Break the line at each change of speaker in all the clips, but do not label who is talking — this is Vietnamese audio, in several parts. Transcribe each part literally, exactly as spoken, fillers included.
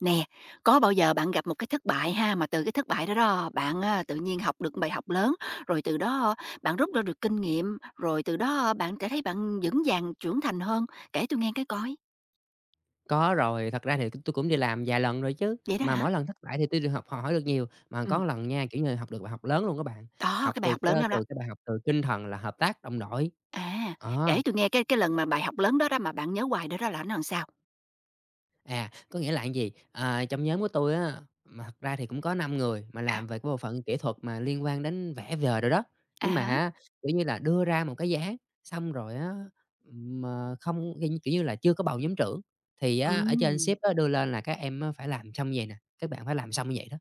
Nè, có bao giờ bạn gặp một cái thất bại ha, mà từ cái thất bại đó đó bạn, a, tự nhiên học được bài học lớn, rồi từ đó bạn rút ra được kinh nghiệm, rồi từ đó bạn sẽ thấy bạn vững vàng trưởng thành hơn? Kể tôi nghe cái coi.
Có rồi, thật ra thì tôi cũng đi làm vài lần rồi chứ,
Vậy đó
mà
hả?
mỗi lần thất bại thì tôi được học hỏi được nhiều. Mà
Ừm,
có lần nha, kiểu như, học được bài học lớn luôn các bạn,
đó,
học
cái bài
từ
học
c
lớn đó đó.
từ cái bài học từ tinh thần là hợp tác đồng đội.
À,
Ờ.
kể tôi nghe cái cái lần mà bài học lớn đó đó mà bạn nhớ hoài đó đó là nó làm sao?
À, có nghĩa là cái gì? À, trong nhóm của tôi á, mà thật ra thì cũng có năm người mà
À,
làm về cái bộ phận kỹ thuật mà liên quan đến vẽ vời rồi đó.
à
Nhưng mà
há,
á, kiểu như là, đưa ra một cái giá xong rồi á, mà không kiểu như kiểu như là, chưa có bầu nhóm trưởng, thì á, ở trên
ừm,
sếp á đưa lên là "Các em á phải làm xong vậy nè, các bạn phải làm xong như vậy đó."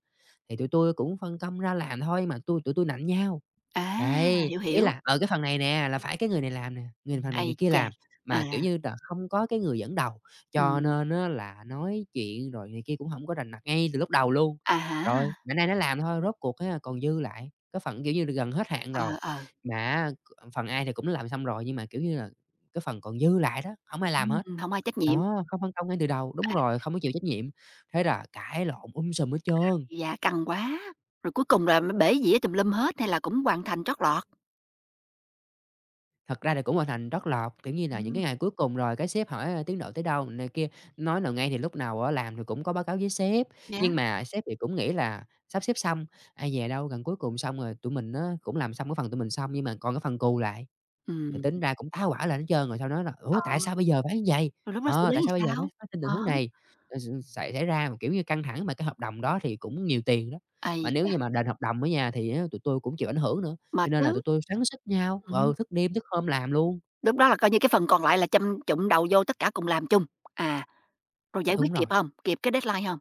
Thì tụi tôi cũng phân công ra làm thôi mà tôi tụi tôi nạnh nhau.
à,
Đấy,
hiểu,
ý
hiểu.
là, ở cái phần này nè là phải cái người này làm nè, người phần này
Ai
người kia
chà,
làm,
à,
mà, kiểu như là, không có cái người dẫn đầu, cho
ừm,
nên á là nói chuyện rồi này kia cũng hổng có rành mạch ngay từ lúc đầu luôn.
à hả?
Rồi, bữa nay nó làm thôi, rốt cuộc á còn dư lại, cái phần, kiểu như là, gần hết hạn
Ờ,
rồi,
ờ,
mà á c phần ai thì cũng làm xong rồi nhưng mà, kiểu như là, cái phần còn dư lại đó, hổng ai làm hết.
ừm, hổng ai trách nhiệm.
Đó, không phân công ngay từ đầu đúng rồi, không có chịu trách nhiệm, thế là cãi lộn um sùm hết trơn.
Dạ, căng quá! Rồi cuối cùng là mới bể dĩa tùm lum hết hay là cũng hoàn thành trót lọt?
Thật ra thì cũng hoàn thành trót lọt, kiểu như là, những
Ừm,
cái ngày cuối cùng rồi cái sếp hỏi, ơ, tiến độ tới đâu này kia, nói nào ngay thì lúc nào á làm thì cũng có báo cáo với sếp.
vậy.
Nhưng mà sếp thì cũng nghĩ là sắp xếp xong, ai về đâu gần cuối cùng xong rồi tụi mình nó cũng làm xong cái phần tụi mình xong nhưng mà còn cái phần cù lại. Thì
Ừm,
tính ra cũng tá hỏa lên hết trơn, rồi sau đó là "Ủa,
ờ,
tại sao bây giờ phải như vầy?
rồi lúc đó xử
Ờ,
lý
tại sao bây
làm
giờ phải
sao?
phát sinh tình
Ờ,
huống này?" Rồi x xảy xảy ra, mà, kiểu như, căng thẳng mà cái hợp đồng đó thì cũng nhiều tiền đó,
ây
mà nếu
chà,
như mà đền hợp đồng á nha, thì á tụi tui cũng chịu ảnh hưởng nữa, cho
mệt
nên là tụi
chứ!
tui xoắn xít nhau, ừ,
Ừm,
thức đêm thức hôm làm luôn.
lúc đó là coi như cái phần còn lại là châm chụm đầu vô tất cả cùng làm chung, à, rồi giải
Đúng
quyết kịp
rồi.
hông? Kịp cái deadline hông?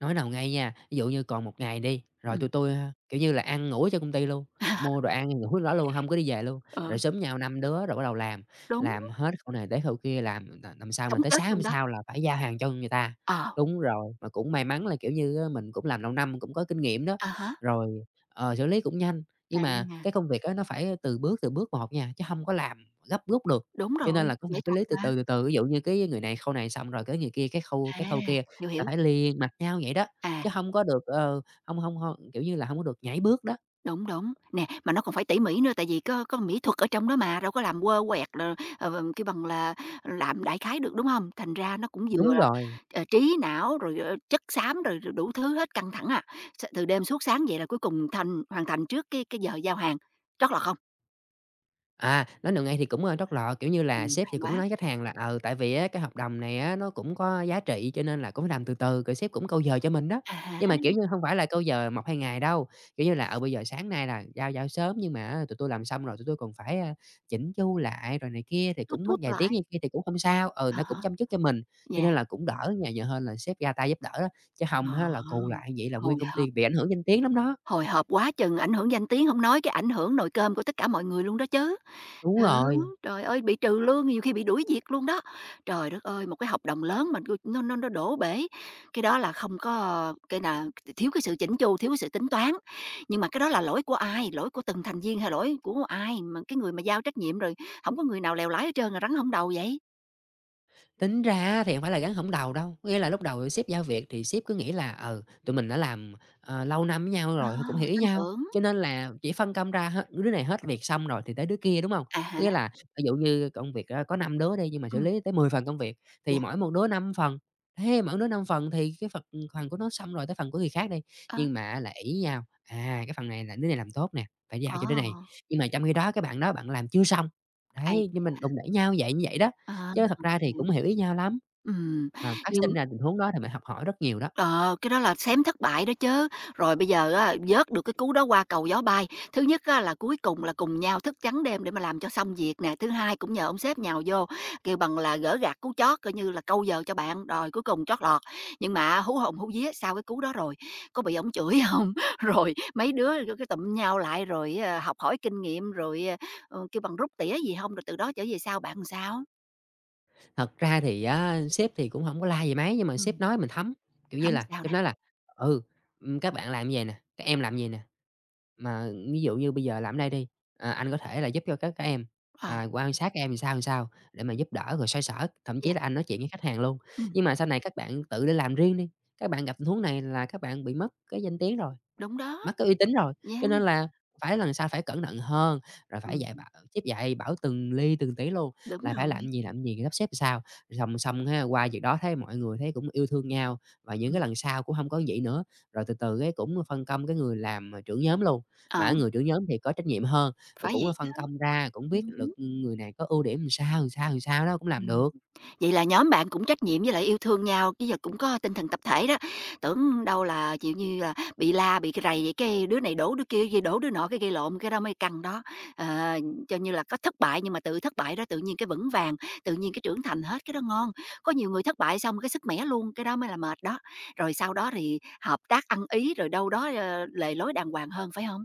Nói nào ngay nha, ví dụ như còn một ngày đi, rồi
Ừm.
tụi tôi a, kiểu như là, ăn ngủ ở trên công ty luôn, mua đồ ăn ngủ ở đó luôn, hông có đi về luôn.
Ờ,
Rồi xúm nhau năm đứa rồi bắt đầu làm,
đúng,
làm hết khâu này tới khâu kia, làm làm làm sao mà
sống
tới
chết
sáng hôm
luôn đó.
sau là phải giao hàng cho người ta.
Ờ,
Đúng rồi, mà cũng may mắn là, kiểu như á, mình cũng làm lâu năm, cũng có kinh nghiệm đó,
à há,
rồi, ờ, xử lý cũng nhanh.
à,
Nhưng mà cái công việc á, nó phải từ bước, từ bước một nha, chứ hông có làm gấp rút được,
đúng
cho nên
rồi,
là cũng
nghệ
phải xử
thuật
lý từ
mà.
từ, từ từ. Ví dụ như cái người này khâu này xong rồi cái người kia cái khâu
À,
cái khâu kia
hiểu,
là
hiểu,
phải liền mạch nhau vậy đó,
à.
chứ hông có được, ờ, hông hông hông kiểu như là, hông có được nhảy bước đó.
Đúng, đúng. Nè, mà nó còn phải tỉ mỉ nữa tại vì có có mỹ thuật ở trong đó mà, đâu có làm quơ quẹt rồi, ờ, ờ, kêu bằng là, làm đại khái được, đúng không? Thành ra nó cũng vừa
Đúng
là,
rồi.
ờ, trí não rồi, ờ, chất xám rồi rồi đủ thứ hết, căng thẳng à. S từ đêm suốt sáng vậy là cuối cùng thành hoàn thành trước cái cái giờ giao hàng, trót là không?
À, nói được ngay thì cũng, ơ, trót lọt, kiểu như là,
Ừm,
sếp
hay
thì cũng
quá.
nói khách hàng là, ờ tại vì á cái hợp đồng này á nó cũng có giá trị cho nên là cũng phải làm từ từ, rồi sếp cũng câu giờ cho mình đó.
À há,
Nhưng mà, kiểu như, không phải là câu giờ một hai ngày đâu, kiểu như là, ở bây giờ sáng nay là giao giao sớm nhưng mà á tụi tôi làm xong rồi tụi tôi còn phải, a, chỉnh chu lại rồi này kia thì
tút
cũng mất
tút
vài tiếng như
lại.
kia thì cũng không sao, ừ,
À
nó
hả?
cũng chăm chút cho mình, cho
Dạ.
nên là cũng đỡ nhà nhờ hơn là sếp ra tay giúp đỡ á, chứ không
Ờ,
á là cù lại vậy là nguyên
hồi
công
hộp,
ty bị ảnh hưởng danh tiếng lắm đó.
hồi hộp quá chừng, ảnh hưởng danh tiếng không nói cái ảnh hưởng nồi cơm của tất cả mọi người luôn đó chứ.
Đúng
Đó,
rồi.
trời ơi, bị trừ lương, nhiều khi bị đuổi việc luôn đó. Trời đất ơi, một cái hợp đồng lớn mà nó nó nó đổ bể, cái đó là không có cái là thiếu cái sự chỉnh chu, thiếu cái sự tính toán. Nhưng mà cái đó là lỗi của ai? Lỗi của từng thành viên hay lỗi của ai? Mà cái người mà giao trách nhiệm rồi không có người nào lèo lái hết trơn, rắn không đầu vậy?
Tính ra thì hông phải là gắn hổng đầu đâu, nghĩa là lúc đầu sếp giao việc thì sếp cứ nghĩ là, ừ, tụi mình đã làm, ờ, lâu năm với nhau
Ờ,
rồi, cũng hiểu ý
tin
nhau,
tưởng.
cho nên là chỉ phân công ra hết đứa này hết việc xong rồi thì tới đứa kia, đúng hông?
À hả?
Nghĩa là ví dụ như công việc á có năm đứa đi, nhưng mà xử
Ừ.
lý tới mười phần công việc, thì
Dạ,
mỗi một đứa năm phần, thế mỗi đứa năm phần thì cái phần ừ, phần của nó xong rồi tới phần của người khác đi,
ơ,
nhưng mà á là ỷ nhau, à, cái phần này là đứa này làm tốt nè, phải giao
ờ,
cho đứa này, nhưng mà trong khi đó cái bạn đó bạn làm chưa xong.
ây
Đấy, nhưng
chà,
mình đụng đẩy nhau vậy như vậy đó.
ờ,
Chứ thật ra thì
hiểu.
cũng hiểu ý nhau lắm,
Ừm,
mà phát sinh
nhưng.
ra tình huống đó thì mình học hỏi rất nhiều đó.
Ờ, cái đó là xém thất bại đó chứ. Rồi bây giờ á, vớt được cái cú đó qua cầu gió bay. Thứ nhất á, là cuối cùng là cùng nhau thức trắng đêm để mà làm cho xong việc nè. Thứ hai cũng nhờ ông sếp nhào vô, kêu bằng là gỡ gạc cú chót, coi như là câu giờ cho bạn. Rồi cuối cùng chót lọt. Nhưng mà hú hồn hú vía sau cái cú đó rồi, có bị ổng chửi không? Rồi mấy đứa cái tụm nhau lại rồi ờ, học hỏi kinh nghiệm rồi ờ, ờ, kêu bằng rút tỉa gì không? Rồi từ đó trở về sau bạn làm sao?
Thật ra thì á, sếp thì cũng không có la gì mấy, nhưng mà
Ừ,
sếp nói mình thấm, kiểu như
không
là,
sao
sếp
nè.
nói là "Ừ, ừm, các bạn làm gì nè, các em làm gì nè, mà ví dụ như bây giờ làm đây đi, à, anh có thể là giúp cho các các em,
Ờ,
à, quan sát các em làm sao, làm sao để mà giúp đỡ rồi xoay sở." Thậm chí
dạ.
là anh nói chuyện với khách hàng luôn,
Ừ,
"Nhưng mà sau này các bạn tự đi làm riêng đi, các bạn gặp tình huống này là các bạn bị mất cái danh tiếng rồi."
đúng đó.
Mất cái uy tín rồi,
Yeah.
cho nên là phải lần sau phải cẩn thận hơn, rồi phải dạy
Ừ.
bảo sếp dạy bảo từng ly từng tí luôn,
Đúng
là phải làm
rồi,
gì làm gì, sắp xếp sao. Xong xong ha, qua việc đó thấy mọi người thấy cũng yêu thương nhau, và những cái
ừm,
lần sau cũng không có vậy nữa, rồi từ từ cái cũng phân công cái người làm, à, trưởng nhóm luôn.
ờ,
Mà cái người trưởng nhóm thì có trách nhiệm hơn, rồi
phải
cũng
vậy chứ,
phân công ra, cũng biết
ừm hứm,
được người này có ưu điểm làm sao, làm sao, làm sao đó cũng làm
ừm.
được.
Vậy là nhóm bạn cũng trách nhiệm với lại yêu thương nhau, chứ giờ cũng có tinh thần tập thể đó, tưởng đâu là, kiểu như là, bị la, bị cái rầy vậy cái đứa này đổ đứa kia, kia đổ đứa nọ, cái gây lộn, cái đó mới căng đó. Ờ, cho như là có thất bại nhưng mà tự thất bại đó tự nhiên cái vững vàng, tự nhiên cái trưởng thành hết, cái đó ngon. Có nhiều người thất bại xong cái sức mẻ luôn, cái đó mới là mệt đó. Rồi sau đó thì hợp tác ăn ý, rồi đâu đó, ờ, lề lối đàng hoàng hơn, phải không?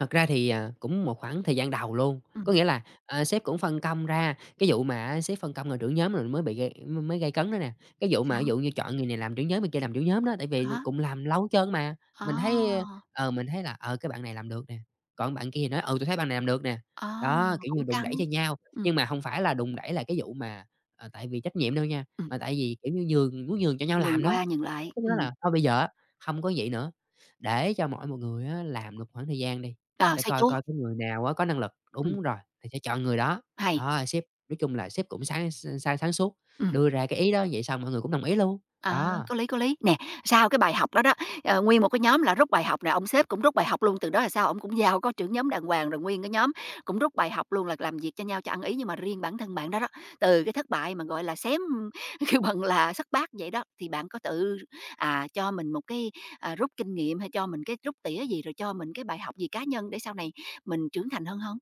Thật ra thì, à, cũng một khoảng thời gian đầu luôn,
Ừ,
có nghĩa là, ờ, sếp cũng phân công ra, cái vụ mà à, sếp phân công là trưởng nhóm rồi mới bị gây mới gây cấn đó nè. Cái vụ mà ví
sao?
dụ như chọn người này làm trưởng nhóm, người kia làm trưởng nhóm đó, tại vì
À
cùng làm lâu hết trơn mà. Mình thấy, à,
à!
ờ, mình thấy là, ờ, cái bạn này làm được nè, còn bạn kia thì nói: "Ừ, tôi thấy bạn này làm được nè."
À,
Đó, kiểu như,
cũng
đùn
căng.
đẩy cho nhau,
Ừm,
nhưng mà không phải là đùn đẩy là cái vụ mà, ờ, tại vì trách nhiệm đâu nha,
ừm,
mà tại vì, kiểu như, nhường muốn nhường cho nhau
nhường
làm đó.
qua nhường lại,
Cái đó
ừm,
là "Thôi bây giờ á, hông có vậy nữa, để cho mỗi một người á làm được khoảng thời gian đi."
ờ,
Để
xây
coi
tuốt,
coi cái người nào á có năng lực,
ừm,
đúng rồi, thì sẽ chọn người đó.
hay,
Đó, sếp nói chung là sếp cũng sáng s sáng sáng suốt,
ừm,
đưa ra cái ý đó vậy xong mọi người cũng đồng ý luôn.
ờ,
Đó,
có lý, có lý. Nè, sau cái bài học đó đó, ờ, nguyên một cái nhóm là rút bài học nè, ông sếp cũng rút bài học luôn, từ đó là sao ổng cũng giao có trưởng nhóm đàng hoàng, rồi nguyên cái nhóm cũng rút bài học luôn là làm việc cho nhau cho ăn ý. Nhưng mà riêng bản thân bạn đó đó, từ cái thất bại mà, gọi là, xém kêu bằng là xất bát vậy đó, thì bạn có tự, à, cho mình một cái, à, rút kinh nghiệm hay cho mình cái rút tỉa gì, rồi cho mình cái bài học gì cá nhân để sau này mình trưởng thành hơn hông?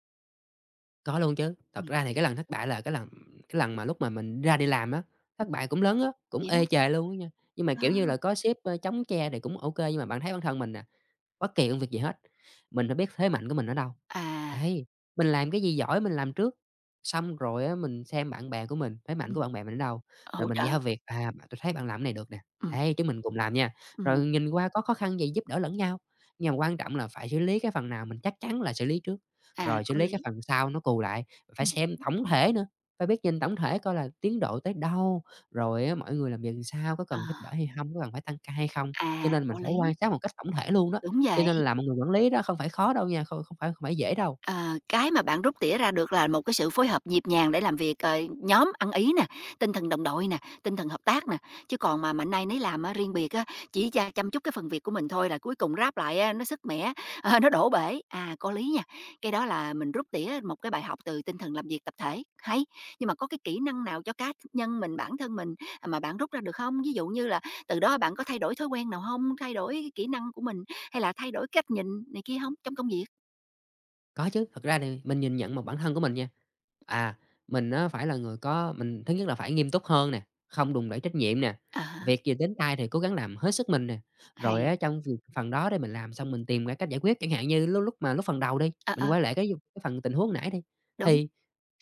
có luôn chứ. Thật ra thì cái lần thất bại là cái lần cái lần mà lúc mà mình ra đi làm á, thất
Ừm.
bại cũng lớn á, cũng
Vậy đó,
ê chề luôn á nha. Nhưng mà,
đó.
kiểu như là, có sếp, ơ, chống che thì cũng ô kê, nhưng mà bạn thấy bản thân mình nè, bất kỳ công việc gì hết, mình phải biết thế mạnh của mình ở đâu.
À,
Đấy, mình làm cái gì giỏi mình làm trước, xong rồi á mình xem bạn bè của mình, thế mạnh của
ừm,
bạn bè mình ở đâu, rồi
hỗ
mình
trợ,
giao việc, à, bạn "Tôi thấy bạn làm cái này được nè,
ừm,
đấy, chúng mình cùng làm nha." Rồi
ừm,
nhìn qua có khó khăn gì giúp đỡ lẫn nhau, nhưng mà quan trọng là phải xử lý cái phần nào mình chắc chắn là xử lý trước,
à,
rồi xử
có
lý
lý,
cái phần sau nó cù lại, phải
ừm,
xem tổng thể nữa, phải biết nhìn tổng thể coi là tiến độ tới đâu, rồi á mọi người làm việc làm sao, có
ờ,
cần giúp đỡ hay không có cần phải tăng ca hay không, cho
à,
nên mình
có
phải
lý,
quan sát một cách tổng thể luôn đó.
đúng
Cho
vậy.
nên là một người quản lý đó không phải khó đâu nha, không không phải không phải dễ đâu.
Ờ, cái mà bạn rút tỉa ra được là một cái sự phối hợp nhịp nhàng để làm việc, ờ, nhóm ăn ý nè, tinh thần đồng đội nè, tinh thần hợp tác nè. Chứ còn mà mạnh nay nấy làm á, riêng biệt á, chỉ cha chăm chút cái phần việc của mình thôi là cuối cùng ráp lại á, nó sức mẻ, ờ, nó đổ bể. À, có lý nha, cái đó là mình rút tỉa một cái bài học từ tinh thần làm việc tập thể, hay. Nhưng mà có cái kỹ năng nào cho cá nhân mình, bản thân mình à, mà bạn rút ra được không? Ví dụ như là từ đó bạn có thay đổi thói quen nào không? Thay đổi cái kỹ năng của mình hay là thay đổi cách nhìn này kia không trong công việc?
Có chứ, thật ra thì mình nhìn nhận một bản thân của mình nha. À, mình á phải là người có mình thứ nhất là phải nghiêm túc hơn nè, không đùn đẩy trách nhiệm nè,
À
việc gì đến tay thì cố gắng làm hết sức mình nè. Rồi
hay.
á trong việc phần đó đi mình làm xong mình tìm ra cách giải quyết, chẳng hạn như lúc lúc mà lúc phần đầu đi,
Ờ,
mình
ờ,
quay lại cái cái phần tình huống nãy đi,
đúng.
thì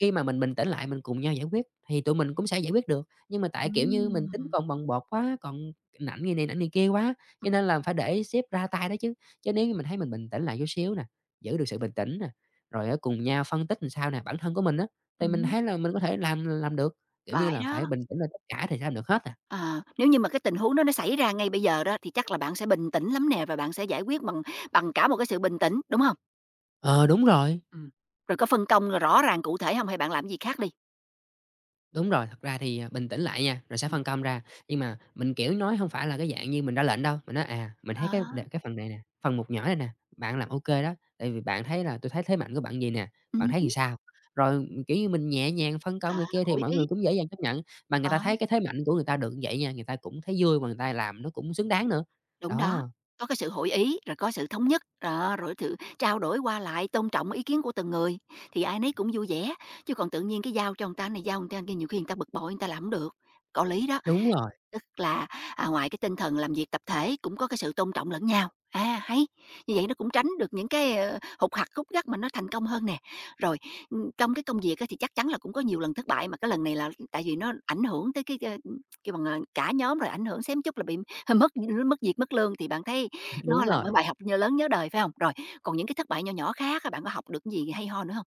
khi mà mình bình tĩnh lại mình cùng nhau giải quyết thì tụi mình cũng sẽ giải quyết được. Nhưng mà tại, kiểu như, mình tính
Ừm,
còn bồng bột quá, còn nảnh như này nảnh như kia quá, cho nên là phải để sếp ra tay đó chứ. Chứ nếu như mình thấy mình bình tĩnh lại chút xíu nè giữ được sự bình tĩnh nè, rồi á cùng nhau phân tích làm sao nè, bản thân của mình á, thì mình
ừm,
thấy là mình có thể làm làm được, kiểu như
phải
là, phải
đó.
bình tĩnh lên tất cả thì sẽ làm được hết à.
Ờ, nếu như mà cái tình huống đó nó xảy ra ngay bây giờ đó thì chắc là bạn sẽ bình tĩnh lắm nè và bạn sẽ giải quyết bằng bằng cả một cái sự bình tĩnh, đúng hông?
Ờ, đúng rồi.
Ừm, rồi có phân công, rồi rõ ràng cụ thể hông hay bạn làm cái gì khác đi?
Đúng rồi, thật ra thì, à, bình tĩnh lại nha, rồi sẽ
Ừm.
phân công ra. Nhưng mà mình, kiểu, nói không phải là cái dạng như mình ra lệnh đâu, mình nói: "À, mình thấy
Ờ,
cái đ cái phần này nè, phần một nhỏ này nè, bạn làm o kê đó, tại vì bạn thấy là tôi thấy thế mạnh của bạn gì nè, bạn
ừm
thấy thì sao?" Rồi, kiểu như, mình nhẹ nhàng phân công
à,
này kia thì
hội
mọi
ý,
người cũng dễ dàng chấp nhận, mà người ta
ờ,
thấy cái thế mạnh của người ta được như vậy nha, người ta cũng thấy vui mà người ta làm nó cũng xứng đáng nữa.
đúng đó,
Đó,
có cái sự hội ý, rồi có sự thống nhất, đó, rồi sự trao đổi qua lại, tôn trọng ý kiến của từng người thì ai nấy cũng vui vẻ, chứ còn tự nhiên cái giao cho người ta này, giao người ta kia nhiều khi người ta bực bội, người ta làm hổng được, có lý đó.
đúng rồi,
Tức là, à, ngoài cái tinh thần làm việc tập thể cũng có cái sự tôn trọng lẫn nhau. À, hay! Như vậy nó cũng tránh được những cái, ờ, hục hặc, khúc gắt mà nó thành công hơn nè. Rồi, ừm, trong cái công việc á thì chắc chắn là cũng có nhiều lần thất bại, mà cái lần này là tại vì nó ảnh hưởng tới cái, ơ, kêu bằng, ờ, cả nhóm, rồi ảnh hưởng xém chút là bị mất mất việc, mất lương thì bạn thấy nó
đúng
là
rồi.
một bài học nhớ lớn nhớ đời, phải không? Rồi, còn những cái thất bại nhỏ nhỏ khác á, bạn có học được cái gì hay ho nữa không?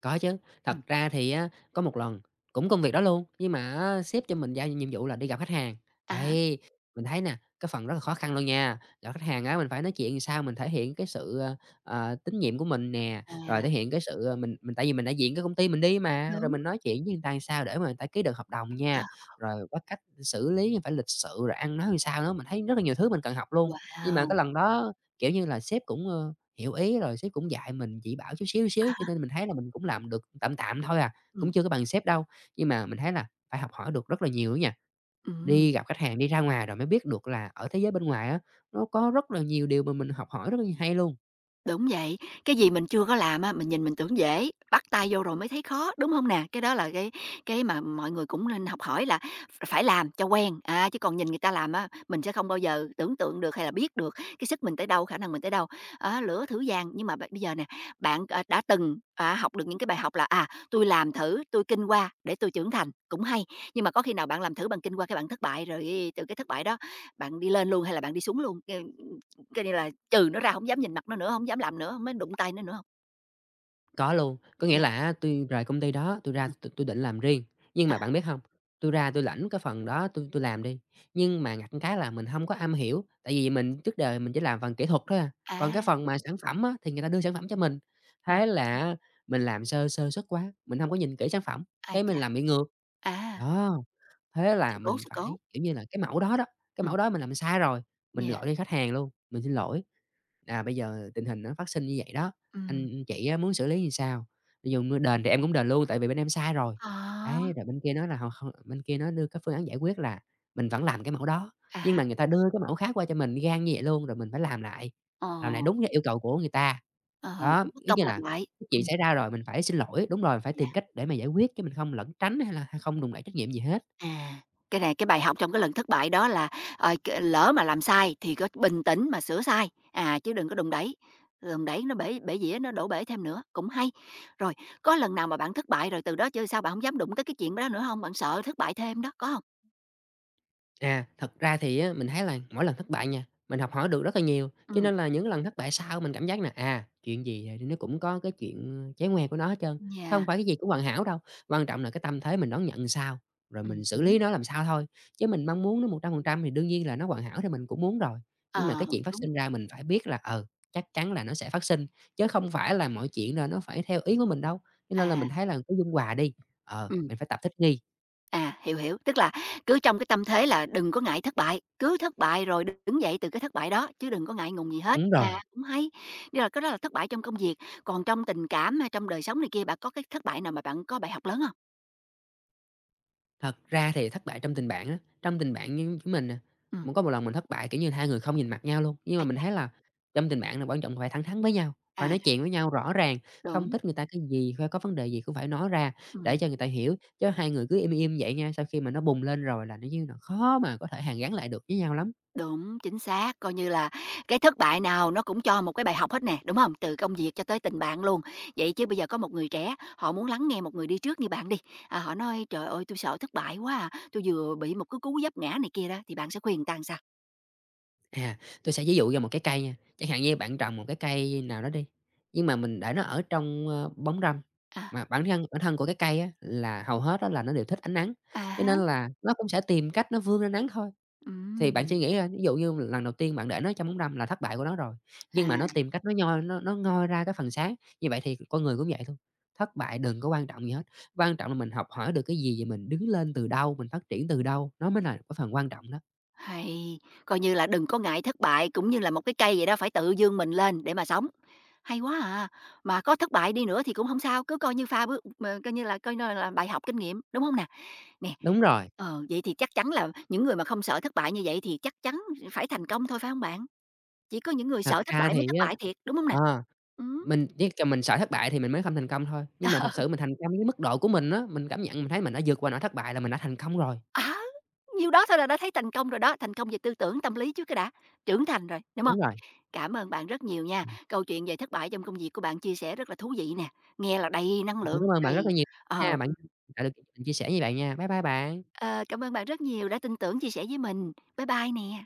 Có chứ, thật
Ừm.
ra thì á, có một lần cũng công việc đó luôn, nhưng mà á, sếp cho mình giao nhiệm vụ là đi gặp khách hàng.
À há,
Đây mình thấy nè, cái phần rất là khó khăn luôn nha. Gặp khách hàng á, mình phải nói chuyện làm sao mình thể hiện cái sự, ờ, ờ, tín nhiệm của mình nè, rồi thể
à,
hiện cái sự, ờ, mình mình tại vì mình đại diện cái công ty mình đi mà, rồi
đúng,
mình nói chuyện với người ta làm sao để mà người ta ký được hợp đồng
ờ,
nha, rồi có cách xử lý phải lịch sự, rồi ăn nói làm sao nữa, mình thấy rất là nhiều thứ mình cần học luôn. Nhưng mà
wow!
cái lần đó, kiểu như là, sếp cũng, ờ hiểu ý, rồi sếp cũng dạy mình chỉ bảo chút xíu,
À
xíu, cho
há,
nên mình thấy là mình cũng làm được tạm tạm thôi à,
ừm,
cũng chưa có bằng sếp đâu. Nhưng mà mình thấy là phải học hỏi được rất là nhiều á nha,
ừm.
đi gặp khách hàng, đi ra ngoài rồi mới biết được là ở thế giới bên ngoài á, nó có rất là nhiều điều mà mình học hỏi rất là hay luôn.
Đúng vậy, cái gì mình chưa có làm á, mình nhìn mình tưởng dễ, bắt tay vô rồi mới thấy khó, đúng không nè? Cái đó là cái cái mà mọi người cũng nên học hỏi là phải làm cho quen, à, chứ còn nhìn người ta làm á, mình sẽ không bao giờ tưởng tượng được hay là biết được cái sức mình tới đâu, khả năng mình tới đâu. Á, lửa thử vàng nhưng mà b bây giờ nè, bạn, ờ, đã từng, à, học được những cái bài học là, à, tôi làm thử, tôi kinh qua để tôi trưởng thành", cũng hay, nhưng mà có khi nào bạn làm thử, bằng kinh qua cái bạn thất bại, rồi từ cái thất bại đó bạn đi lên luôn hay là bạn đi xuống luôn? Coi như là trừ nó ra hổng dám nhìn mặt nó nữa, hổng dám làm nữa, hổng dám đụng tay nó nữa hông?
Có luôn, có nghĩa
Yeah,
là á, tui rời công ty đó, tôi ra
ừm.
tôi tui định làm riêng, nhưng mà bạn biết không tôi ra tôi lãnh cái phần đó tôi tôi làm đi, nhưng mà ngặt một cái là mình không có am hiểu, tại vì mình trước đời mình chỉ làm phần kỹ thuật thôi à, còn
À,
cái phần mà sản phẩm á, thì người ta đưa sản phẩm cho mình.
ừm.
Thế là mình làm sơ sơ suất quá, mình không có nhìn kỹ sản phẩm,
Ái
cái mình
chà,
làm bị ngược,
à,
đó. Thế là
sự cố,
mình
sự cố.
phải, kiểu như là, cái mẫu đó đó, cái
Ừm,
mẫu đó mình làm sai rồi, mình
yeah,
gọi cho khách hàng luôn, mình xin lỗi, là bây giờ tình hình nó phát sinh như vậy đó,
ừm.
anh anh chị á muốn xử lý như sao? Ví dụ như đền thì em cũng đền luôn, tại vì bên em sai rồi."
Ờ,
Đấy, rồi bên kia nói là họ không bên kia nó đưa cái phương án giải quyết là mình vẫn làm cái mẫu đó,
à
nhưng
há,
mà người ta đưa cái mẫu khác qua cho mình gan như vậy luôn, rồi mình phải làm lại,
ờ,
làm lại đúng cái yêu cầu của người ta.
ờ,
Đó,
cũng mất
giống
công
như
làm
là
lại.
cái chuyện
Ừm,
xảy ra rồi mình phải xin lỗi, đúng rồi, phải
yeah,
tìm cách để mà giải quyết chứ mình không lẩn tránh hay là hay không đùn đẩy trách nhiệm gì hết.
à, cái này cái bài học trong cái lần thất bại đó là, ờ, c lỡ mà làm sai thì có bình tĩnh mà sửa sai, à, chứ đừng có đùn đẩy, đùn đẩy nó bể bể dĩa, nó đổ bể thêm nữa, cũng hay. Rồi, có lần nào mà bạn thất bại rồi từ đó chơi sao bạn hổng dám đụng tới cái chuyện đó nữa hông? Bạn sợ thất bại thêm đó, có hông?
À, thật ra thì á, mình thấy là mỗi lần thất bại nha, mình học hỏi được rất là nhiều, cho
Ừm.
nên là những lần thất bại sau mình cảm giác là, à, chuyện gì thì nó cũng có cái chuyện ờ, trái ngoe của nó hết trơn, không
Yeah,
phải cái gì cũng hoàn hảo đâu, quan trọng là cái tâm thế mình đón nhận sao, rồi
ừm
mình xử
hứm,
lý nó làm sao thôi, chứ mình mong muốn nó một trăm phần trăm thì đương nhiên là nó hoàn hảo thì mình cũng muốn rồi. Nhưng mà cái
ờ,
chuyện phát
đúng,
sinh ra mình phải biết là, ờ, chắc chắn là nó sẽ phát sinh, chứ không phải là mọi chuyện là nó phải theo ý của mình đâu, cho nên là
à,
mình thấy là cứ dung hòa đi, ờ,
ừm,
mình phải tập thích nghi.
à, hiểu, hiểu. Tức là cứ trong cái tâm thế là đừng có ngại thất bại, cứ thất bại rồi đứng dậy từ cái thất bại đó, chứ đừng có ngại ngùng gì hết.
Đúng rồi.
À, cũng hay, nhưng mà cái đó là thất bại trong công việc, còn trong tình cảm hay trong đời sống này kia, bạn có cái thất bại nào mà bạn có bài học lớn hông?
Thật ra thì thất bại trong tình bạn á, trong tình bạn như chúng mình nè,
Ừm,
cũng có một lần mình thất bại, kiểu như, hai người không nhìn mặt nhau luôn. Nhưng mà
ai
mình
chà,
thấy là trong tình bạn là quan trọng phải thẳng thắn với nhau, phải
à,
nói chuyện với nhau rõ ràng, không
đúng,
thích người ta cái gì, hay có vấn đề gì cũng phải nói ra để
ừm.
cho người ta hiểu, chứ hai người cứ im im vậy nha, sau khi mà nó bùng lên rồi là nó như là khó mà có thể hàn gắn lại được với nhau lắm.
Đúng, chính xác, coi như là cái thất bại nào nó cũng cho một cái bài học hết nè, đúng không? Từ công việc cho tới tình bạn luôn. Vậy chứ bây giờ có một người trẻ, họ muốn lắng nghe một người đi trước như bạn đi, à, họ nói: "Trời ơi, tôi sợ thất bại quá à, tui vừa bị một cái cú vấp ngã này kia đó." Thì bạn sẽ khuyên người ta làm sao?
À, tôi sẽ ví dụ cho một cái cây nha, chẳng hạn như bạn trồng một cái cây nào đó đi, nhưng mà mình để nó ở trong, ơ, bóng râm,
À.
mà bản thân bản thân của cái cây á là hầu hết đó là nó đều thích ánh nắng,
À
cho
hả?
nên là nó cũng sẽ tìm cách nó vươn ra nắng thôi. Thì bạn suy
Ừm,
nghĩ ra, ví dụ như lần đầu tiên bạn để nó trong bóng râm là thất bại của nó rồi, nhưng
à.
mà nó tìm cách nó nhoi nó nó ngoi ra cái phần sáng, như vậy thì con người cũng vậy thôi. Thất bại đừng có quan trọng gì hết, quan trọng là mình học hỏi được cái gì và mình đứng lên từ đâu, mình phát triển từ đâu, nó mới là cái phần quan trọng đó.
Hay, coi như là đừng có ngại thất bại, cũng như là một cái cây vậy đó, phải tự dương mình lên để mà sống. Hay quá à, mà có thất bại đi nữa thì cũng không sao, cứ coi như pha bước mà coi như là coi như là bài học kinh nghiệm, đúng không nè? Nè,
Đúng rồi.
ờ, vậy thì chắc chắn là những người mà không sợ thất bại như vậy thì chắc chắn phải thành công thôi, phải không bạn? Chỉ có những người
Thật
sợ thất
ra
bại mới
thì
thất
á,
bại thiệt, đúng không nè?
ờ,
Ừm,
mình chỉ cần mình sợ thất bại thì mình mới không thành công thôi, nhưng mà
à,
thật sự mình thành công với mức độ của mình á, mình cảm nhận mình thấy mình đã vượt qua nỗi thất bại là mình đã thành công rồi.
á, nhiêu đó thôi là đã thấy thành công rồi đó, thành công về tư tưởng, tâm lý chứ cái đã, trưởng thành rồi, đúng không?
Đúng rồi.
Cảm ơn bạn rất nhiều nha.
Ừm,
Câu chuyện về thất bại trong công việc của bạn chia sẻ rất là thú vị nè, nghe là đầy năng
mình cũng
lượng,
cảm ơn bạn rất là
đầy
nhiều nha,
ờ,
bạn tạo điều kiện mình chia sẻ với bạn nha. Bye bye bạn.
ờ, cảm ơn bạn rất nhiều đã tin tưởng chia sẻ với mình. Bye bye nè.